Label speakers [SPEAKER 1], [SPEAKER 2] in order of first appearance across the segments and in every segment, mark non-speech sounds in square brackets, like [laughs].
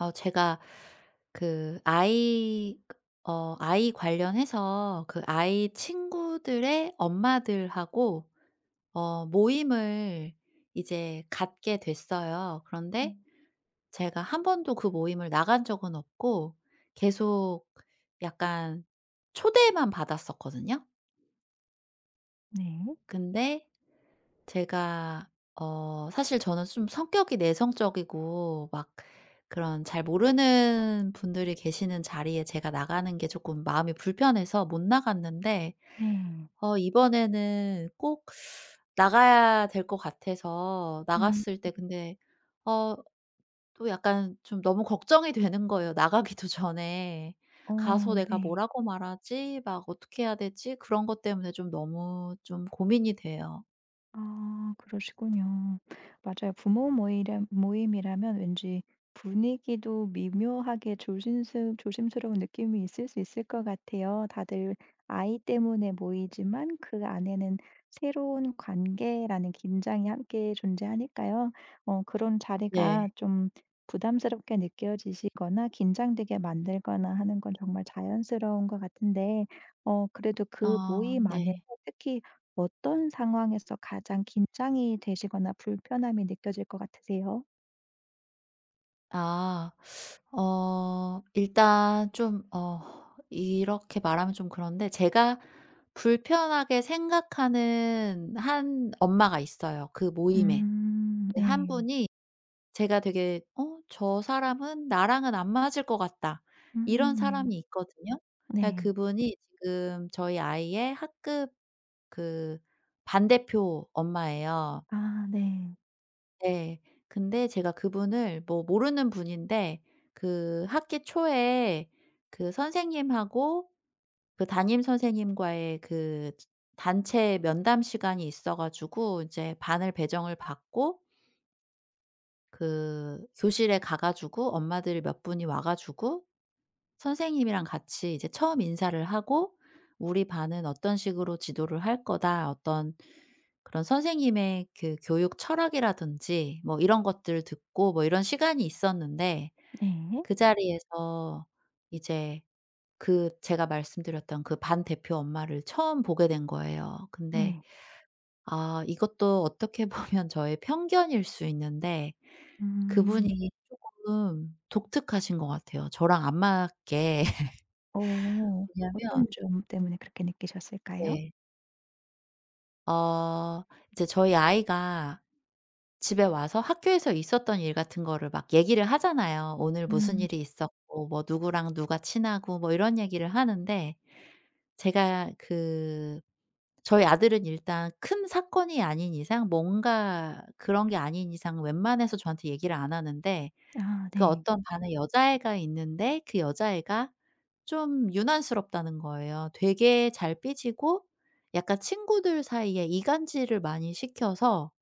[SPEAKER 1] 제가 그 아이 관련해서 그 아이 친구들의 엄마들하고 모임을 이제 갖게 됐어요. 그런데
[SPEAKER 2] 음
[SPEAKER 1] 제가 한 번도 그 모임을 나간 적은 없고 계속 약간 초대만 받았었거든요.
[SPEAKER 2] 네.
[SPEAKER 1] 근데 제가 어 사실 저는 좀 성격이 내성적이고 막 그런 잘 모르는 분들이 계시는 자리에 제가 나가는 게 조금 마음이 불편해서 못 나갔는데
[SPEAKER 2] 네.
[SPEAKER 1] 이번에는 꼭 나가야 될 것 같아서
[SPEAKER 2] 음.
[SPEAKER 1] 나갔을 때. 근데 어 또 약간 좀 너무 걱정이 되는 거예요, 나가기도 전에.
[SPEAKER 2] 어
[SPEAKER 1] '가서 내가
[SPEAKER 2] 네.
[SPEAKER 1] 뭐라고 말하지?' 막 '어떻게 해야 되지?' 그런 것 때문에 좀 너무 좀 고민이 돼요.
[SPEAKER 2] 아 그러시군요. 맞아요. 부모 모이람 모임이라면 왠지 분위기도 미묘하게 조심스러운 느낌이 있을 수 있을 것 같아요. 다들 아이 때문에 모이지만 그 안에는 새로운 관계라는 긴장이 함께 존재하니까요. 그런
[SPEAKER 1] 네.
[SPEAKER 2] 자리가 좀 부담스럽게 느껴지시거나 긴장되게 만들거나 하는 건 정말 자연스러운 것 같은데 그래도
[SPEAKER 1] 어
[SPEAKER 2] 그 모임 안에서
[SPEAKER 1] 네.
[SPEAKER 2] 특히 어떤 상황에서 가장 긴장이 되시거나 불편함이 느껴질 것 같으세요?
[SPEAKER 1] 아. 일단 좀 이렇게 말하면 좀 그런데, 제가 불편하게 생각하는 한 엄마가 있어요, 그 모임에. 그
[SPEAKER 2] 네.
[SPEAKER 1] 분이, 제가 되게 '어 저 사람은 나랑은 안 맞을 것 같다.' 이런
[SPEAKER 2] 음
[SPEAKER 1] 사람이 있거든요. 예,
[SPEAKER 2] 네.
[SPEAKER 1] 그분이 지금 저희 아이의 학급 그 반대표 엄마예요.
[SPEAKER 2] 아 네.
[SPEAKER 1] 네. 근데 제가 그분을 뭐 모르는 분인데, 그 학기 초에 그 선생님하고 그 담임 선생님과의 그 단체 면담 시간이 있어 가지고, 이제 반을 배정을 받고 그 교실에 가 가지고 엄마들 몇 분이 와 가지고 선생님이랑 같이 이제 처음 인사를 하고 "우리 반은 어떤 식으로 지도를 할 거다." 어떤 그런 선생님의 그 교육 철학이라든지 뭐 이런 것들을 듣고 뭐 이런 시간이 있었는데,
[SPEAKER 2] 네.
[SPEAKER 1] 그 자리에서 이제 그 제가 말씀드렸던 그 반 대표 엄마를 처음 보게 된 거예요. 근데
[SPEAKER 2] 네.
[SPEAKER 1] 아, 이것도 어떻게 [laughs] 보면 저의 편견일 수 있는데,
[SPEAKER 2] 음.
[SPEAKER 1] 그분이 조금 독특하신 것 같아요, 저랑 안 맞게. [laughs]
[SPEAKER 2] 오.
[SPEAKER 1] 왜냐면
[SPEAKER 2] 어떤 점 때문에 그렇게 느끼셨을까요?
[SPEAKER 1] 네. 어 이제 저희 아이가 집에 와서 학교에서 있었던 일 같은 거를 막 얘기를 하잖아요. 오늘 무슨
[SPEAKER 2] 음.
[SPEAKER 1] 일이 있었고 뭐 누구랑 누가 친하고 뭐 이런 얘기를 하는데, 제가 그 저희 아들은 일단 큰 사건이 아닌 이상, 뭔가 그런 게 아닌 이상 웬만해서 저한테 얘기를 안 하는데,
[SPEAKER 2] 아
[SPEAKER 1] 그
[SPEAKER 2] 네.
[SPEAKER 1] 어떤 반에 여자애가 있는데 그 여자애가 좀 유난스럽다는 거예요. 되게 잘 삐지고 약간 친구들 사이에 이간질을 많이 시켜서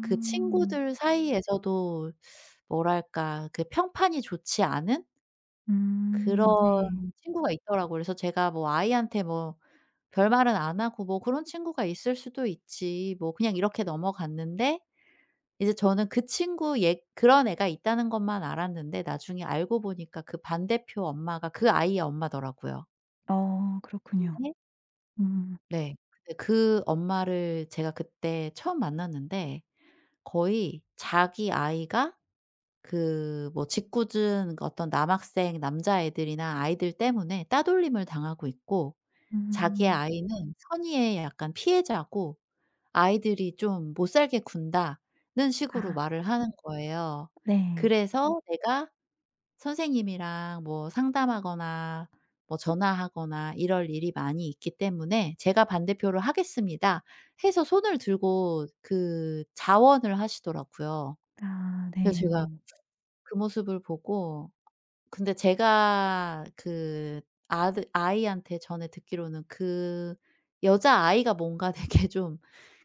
[SPEAKER 1] 그 친구들 사이에서도 뭐랄까 그 평판이 좋지 않은 그런
[SPEAKER 2] 네.
[SPEAKER 1] 친구가 있더라고요. 그래서 제가 뭐 아이한테 뭐 별말은 안 하고 뭐 "그런 친구가 있을 수도 있지." 뭐 그냥 이렇게 넘어갔는데, 이제 저는 그 친구 얘 그런 애가 있다는 것만 알았는데 나중에 알고 보니까 그 반대표 엄마가 그 아이의 엄마더라고요.
[SPEAKER 2] 어 그렇군요.
[SPEAKER 1] 네.
[SPEAKER 2] 음.
[SPEAKER 1] 네. 근데 그 엄마를 제가 그때 처음 만났는데, 거의 자기 아이가 그 뭐 짓궂은 그 어떤 남학생 남자애들이나 아이들 때문에 따돌림을 당하고 있고, 자기의
[SPEAKER 2] 음.
[SPEAKER 1] 아이는 선의의 약간 피해자고, "아이들이 좀 못 살게 군다."는 식으로
[SPEAKER 2] 아
[SPEAKER 1] 말을 하는 거예요. 음.
[SPEAKER 2] 네.
[SPEAKER 1] 그래서 "내가 선생님이랑 뭐 상담하거나 뭐 전화하거나 이럴 일이 많이 있기 때문에 제가 반대표를 하겠습니다." 해서 손을 들고 그 자원을 하시더라고요.
[SPEAKER 2] 아
[SPEAKER 1] 그래서
[SPEAKER 2] 네.
[SPEAKER 1] 제가 그 모습을 보고, 근데 제가 그 아드 아이한테 전에 듣기로는 그 여자아이가 뭔가 [laughs] 되게 좀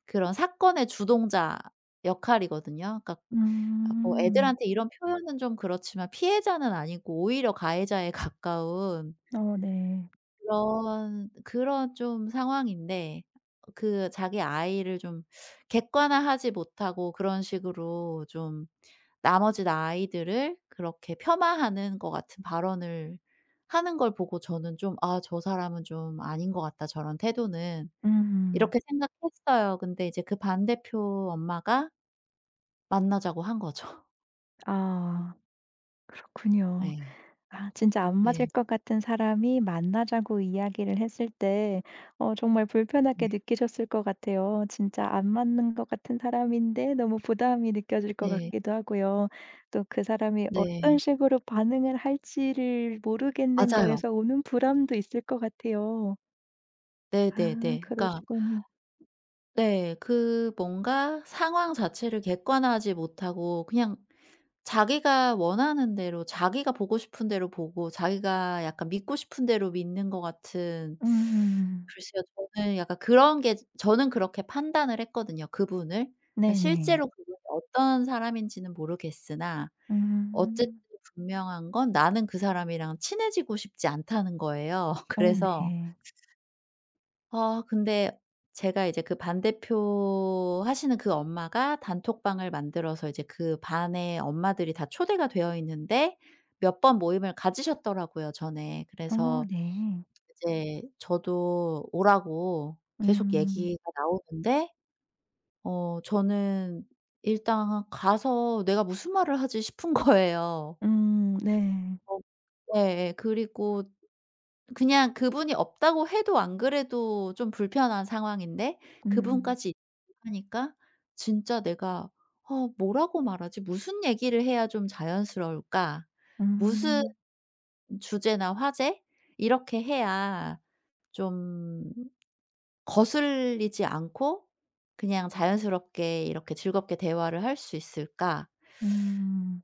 [SPEAKER 1] 그런 사건의 주동자 역할이거든요. 그러니까 아 뭐
[SPEAKER 2] 음.
[SPEAKER 1] 애들한테 이런 표현은 좀 그렇지만, 피해자는 아니고 오히려 가해자에 [laughs] 가까운
[SPEAKER 2] 어 네.
[SPEAKER 1] 그런 좀 상황인데 그 자기 아이를 좀 객관화하지 못하고 그런 식으로 좀 나머지 아이들을 그렇게 폄하하는 것 같은 발언을 하는 걸 보고 저는 좀 '아 저 사람은 좀 아닌 것 같다 저런 태도는.'
[SPEAKER 2] 음.
[SPEAKER 1] 이렇게 생각했어요. 근데 이제 그 반대표 엄마가 만나자고 한 거죠.
[SPEAKER 2] 아
[SPEAKER 1] [laughs]
[SPEAKER 2] 그렇군요.
[SPEAKER 1] 예.
[SPEAKER 2] 아 진짜 안 맞을
[SPEAKER 1] 네.
[SPEAKER 2] 것 같은 사람이 만나자고 이야기를 했을 때 정말 불편하게
[SPEAKER 1] 네.
[SPEAKER 2] 느끼셨을 것 같아요. 진짜 안 맞는 것 같은 사람인데 너무 부담이 느껴질 것
[SPEAKER 1] 네.
[SPEAKER 2] 같기도 하고요. 또 그 사람이 어떤
[SPEAKER 1] 네.
[SPEAKER 2] 식으로 반응을 할지를 모르겠는
[SPEAKER 1] 맞아요.
[SPEAKER 2] 거에서 오는 불안도 있을 것 같아요.
[SPEAKER 1] 네네네.
[SPEAKER 2] 아
[SPEAKER 1] 그러니까
[SPEAKER 2] 그러시군요.
[SPEAKER 1] 네. 그 뭔가 상황 자체를 객관화하지 못하고 그냥 자기가 원하는 대로, 자기가 보고 싶은 대로 보고 자기가 약간 믿고 싶은 대로 믿는 것 같은.
[SPEAKER 2] 음.
[SPEAKER 1] 글쎄요. 저는 약간 그런 게, 저는 그렇게 판단을 했거든요, 그분을. 아
[SPEAKER 2] 네네.
[SPEAKER 1] 실제로 그분이 어떤 사람인지는 모르겠으나 어쨌든
[SPEAKER 2] 음.
[SPEAKER 1] 분명한 건, 나는 그 사람이랑 친해지고 싶지 않다는 거예요. [laughs]
[SPEAKER 2] 어
[SPEAKER 1] 그래서
[SPEAKER 2] 네.
[SPEAKER 1] 근데 제가 이제 그 반대표 하시는 그 엄마가 단톡방을 만들어서 이제 그 반의 엄마들이 다 초대가 되어 있는데 몇 번 모임을 가지셨더라고요 전에.
[SPEAKER 2] 어
[SPEAKER 1] 그래서
[SPEAKER 2] 네.
[SPEAKER 1] 이제 저도 오라고 계속
[SPEAKER 2] 음.
[SPEAKER 1] 얘기가 나오는데, 저는 일단 가서 '내가 무슨 말을 하지?' 싶은 거예요.
[SPEAKER 2] 네.
[SPEAKER 1] 어 네. 예. 그리고 그냥 그분이 없다고 해도 안 그래도 좀 불편한 상황인데
[SPEAKER 2] 음.
[SPEAKER 1] 그분까지 하니까 진짜 내가 '어 뭐라고 말하지? 무슨 얘기를 해야 좀 자연스러울까? 무슨
[SPEAKER 2] 음.
[SPEAKER 1] 주제나 화제, 이렇게 해야 좀 거슬리지 않고 그냥 자연스럽게 이렇게 즐겁게 대화를 할 수 있을까?
[SPEAKER 2] 음.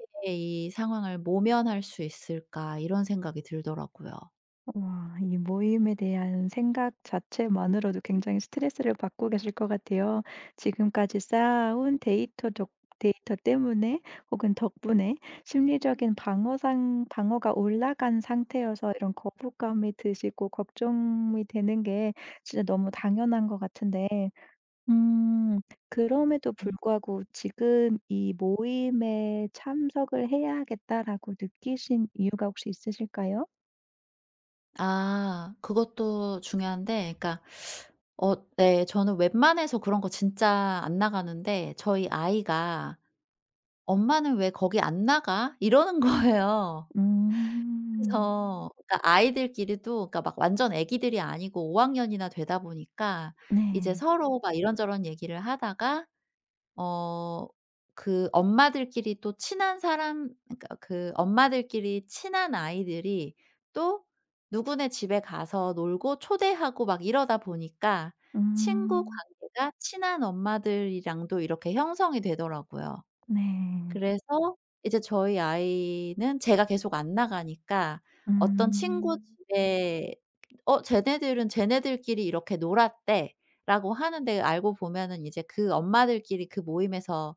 [SPEAKER 1] 어떻게 이 상황을 모면할 수 있을까?' 이런 생각이 들더라고요.
[SPEAKER 2] 와 이 모임에 대한 생각 자체만으로도 굉장히 스트레스를 받고 계실 것 같아요. 지금까지 쌓아온 데이터 때문에 혹은 덕분에 심리적인 방어상 방어가 올라간 상태여서 이런 거부감이 드시고 걱정이 되는 게 진짜 너무 당연한 것 같은데 음. 그럼에도
[SPEAKER 1] 음.
[SPEAKER 2] 불구하고 지금 이 모임에 참석을 해야겠다라고 느끼신 이유가 혹시 있으실까요?
[SPEAKER 1] 아 그것도 중요한데. 그러니까 어 네. 저는 웬만해서 그런 거 진짜 안 나가는데 저희 아이가 "엄마는 왜 거기 안 나가?" 이러는 [laughs] 거예요.
[SPEAKER 2] 음.
[SPEAKER 1] 그래서 그러니까 아이들끼리도, 그러니까 막 완전 애기들이 아니고 5학년 학년이나 되다 보니까 이제
[SPEAKER 2] 네.
[SPEAKER 1] 서로 막 이런저런 얘기를 하다가 어 그 엄마들끼리 또 친한 사람, 그러니까 그 엄마들끼리 친한 아이들이 또 누구네 집에 가서 놀고 초대하고 막 이러다 보니까 친구
[SPEAKER 2] 음.
[SPEAKER 1] 관계가 친한 엄마들이랑도 이렇게 형성이 되더라고요.
[SPEAKER 2] 네.
[SPEAKER 1] 그래서 이제 저희 아이는 제가 계속 안 나가니까 어떤 친구
[SPEAKER 2] 음.
[SPEAKER 1] 집에 "어 쟤네들은 쟤네들끼리 이렇게 놀았대."라고 하는데 알고 보면은 이제 그 엄마들끼리 그 모임에서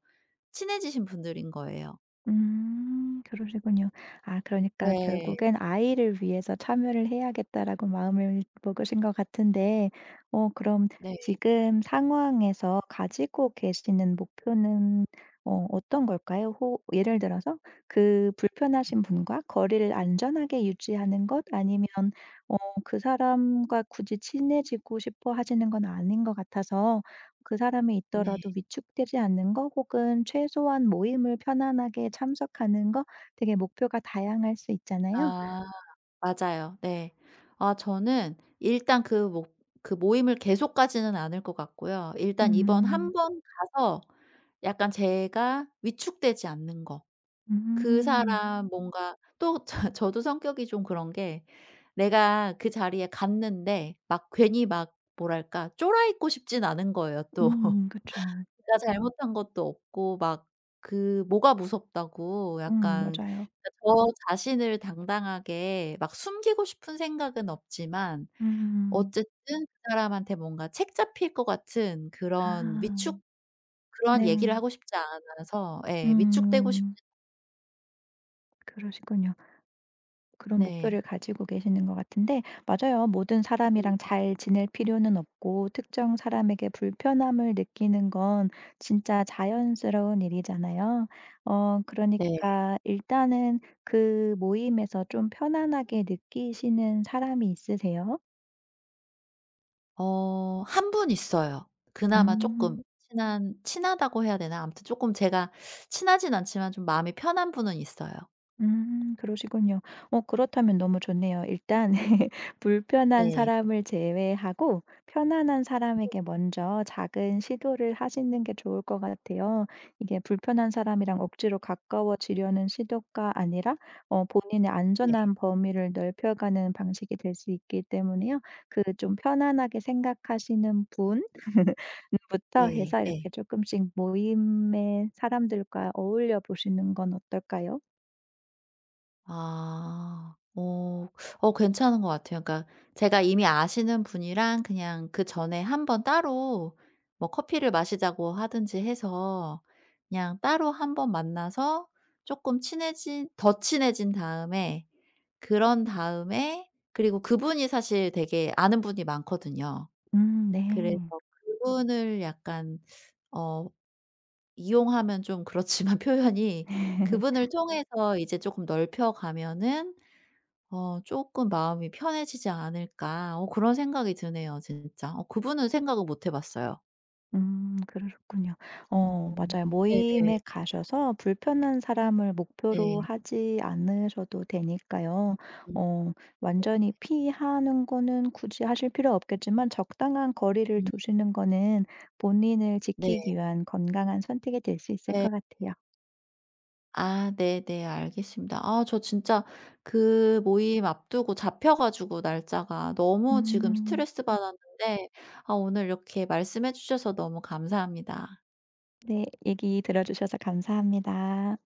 [SPEAKER 1] 친해지신 분들인 거예요.
[SPEAKER 2] 그러시군요. 아 그러니까
[SPEAKER 1] 네.
[SPEAKER 2] 결국엔 '아이를 위해서 참여를 해야겠다.'라고 마음을 먹으신 것 같은데 그럼
[SPEAKER 1] 네.
[SPEAKER 2] 지금 상황에서 가지고 계시는 목표는 어떤 걸까요? 호 예를 들어서 그 불편하신 분과 거리를 안전하게 유지하는 것 아니면 어 그 사람과 굳이 친해지고 싶어 하시는 건 아닌 것 같아서 그 사람이
[SPEAKER 1] 네.
[SPEAKER 2] 있더라도 위축되지 않는 거 혹은 최소한 모임을 편안하게 참석하는 거 되게 목표가 다양할 수 있잖아요.
[SPEAKER 1] 아 맞아요. 네. 아 저는 일단 그 목 그 모임을 계속 가지는 않을 것 같고요. 일단 이번 한
[SPEAKER 2] 음.
[SPEAKER 1] 번 가서 약간 제가 위축되지 않는 거. 그
[SPEAKER 2] 음.
[SPEAKER 1] 사람 뭔가 또 저 [laughs] 저도 성격이 좀 그런 게, 내가 그 자리에 갔는데 막 괜히 막 뭐랄까 쫄아 있고 싶진 않은 거예요 또. [laughs]
[SPEAKER 2] 그쵸.
[SPEAKER 1] 내가 잘못한 것도 없고 막 그 뭐가 무섭다고, 약간
[SPEAKER 2] 맞아요.
[SPEAKER 1] 그러니까 저 자신을 당당하게 막 숨기고 싶은 생각은 없지만,
[SPEAKER 2] 음.
[SPEAKER 1] 어쨌든 그 사람한테 뭔가 책 잡힐 것 같은 그런
[SPEAKER 2] 아.
[SPEAKER 1] 위축, 그런
[SPEAKER 2] 네.
[SPEAKER 1] 얘기를 하고 싶지 않아서, 예 위축되고 싶지.
[SPEAKER 2] 음. 그러시군요. 그런 목표를
[SPEAKER 1] 네.
[SPEAKER 2] 가지고 계시는 것 같은데 맞아요. 모든 사람이랑 잘 지낼 필요는 없고 특정 사람에게 불편함을 느끼는 건 진짜 자연스러운 일이잖아요.
[SPEAKER 1] 네.
[SPEAKER 2] 그러니까 일단은 그 모임에서 좀 편안하게 느끼시는 사람이 있으세요?
[SPEAKER 1] 한 분 있어요. 그나마 조금
[SPEAKER 2] 음.
[SPEAKER 1] 친한 친하다고 해야 되나? 아무튼 조금 제가 친하진 않지만 좀 마음이 편한 분은 있어요.
[SPEAKER 2] 그러시군요. 그렇다면 너무 좋네요. 일단 [laughs] 불편한
[SPEAKER 1] 네.
[SPEAKER 2] 사람을 제외하고 편안한 사람에게 먼저 작은 시도를 하시는 게 좋을 것 같아요. 이게 불편한 사람이랑 억지로 가까워지려는 시도가 아니라 본인의
[SPEAKER 1] 네.
[SPEAKER 2] 안전한 범위를 넓혀가는 방식이 될 수 있기 때문에요. 그 좀 편안하게 생각하시는 분 부터
[SPEAKER 1] 네.
[SPEAKER 2] 해서
[SPEAKER 1] 네.
[SPEAKER 2] 이렇게 조금씩 모임의 사람들과 어울려 보시는 건 어떨까요?
[SPEAKER 1] 아. 어. 어 괜찮은 것 같아요. 그러니까 제가 이미 아시는 분이랑 그냥 그전에 한 번 따로 뭐 커피를 마시자고 하든지 해서 그냥 따로 한 번 만나서 조금 친해진 더 친해진 다음에, 그런 다음에. 그리고 그분이 사실 되게 아는 분이 많거든요. 그래서
[SPEAKER 2] 네.
[SPEAKER 1] 그분을 약간 어 이용하면 좀 그렇지만 [laughs] 표현이,
[SPEAKER 2] [laughs]
[SPEAKER 1] 그분을 통해서 이제 쪼끔 넓혀 가면은 '쪼끔 마음이 편해지지 않을까.' 어 그런 생각이 드네요 진짜. 어 그분은 생각을 못 해 봤어요.
[SPEAKER 2] 그러셨군요.
[SPEAKER 1] 어.
[SPEAKER 2] 맞아요.
[SPEAKER 1] 네네.
[SPEAKER 2] 모임에 가셔서 불편한 사람을 목표로
[SPEAKER 1] 네.
[SPEAKER 2] 하지 않으셔도 되니까요.
[SPEAKER 1] 음
[SPEAKER 2] 어
[SPEAKER 1] 네.
[SPEAKER 2] 완전히 피하는 거는 굳이 하실 필요 없겠지만 적당한 거리를
[SPEAKER 1] 음
[SPEAKER 2] 두시는 거는 본인을
[SPEAKER 1] 네.
[SPEAKER 2] 지키기 위한 건강한 선택이 될 수 있을
[SPEAKER 1] 네.
[SPEAKER 2] 것 같아요.
[SPEAKER 1] 아 네네. 알겠습니다. 아 저 진짜 그 모임 앞두고 잡혀 가지고 날짜가 너무 지금
[SPEAKER 2] 음
[SPEAKER 1] 스트레스 받았는데 아 오늘 이렇게 말씀해 주셔서 너무 감사합니다.
[SPEAKER 2] 네. 얘기 들어 주셔서 감사합니다.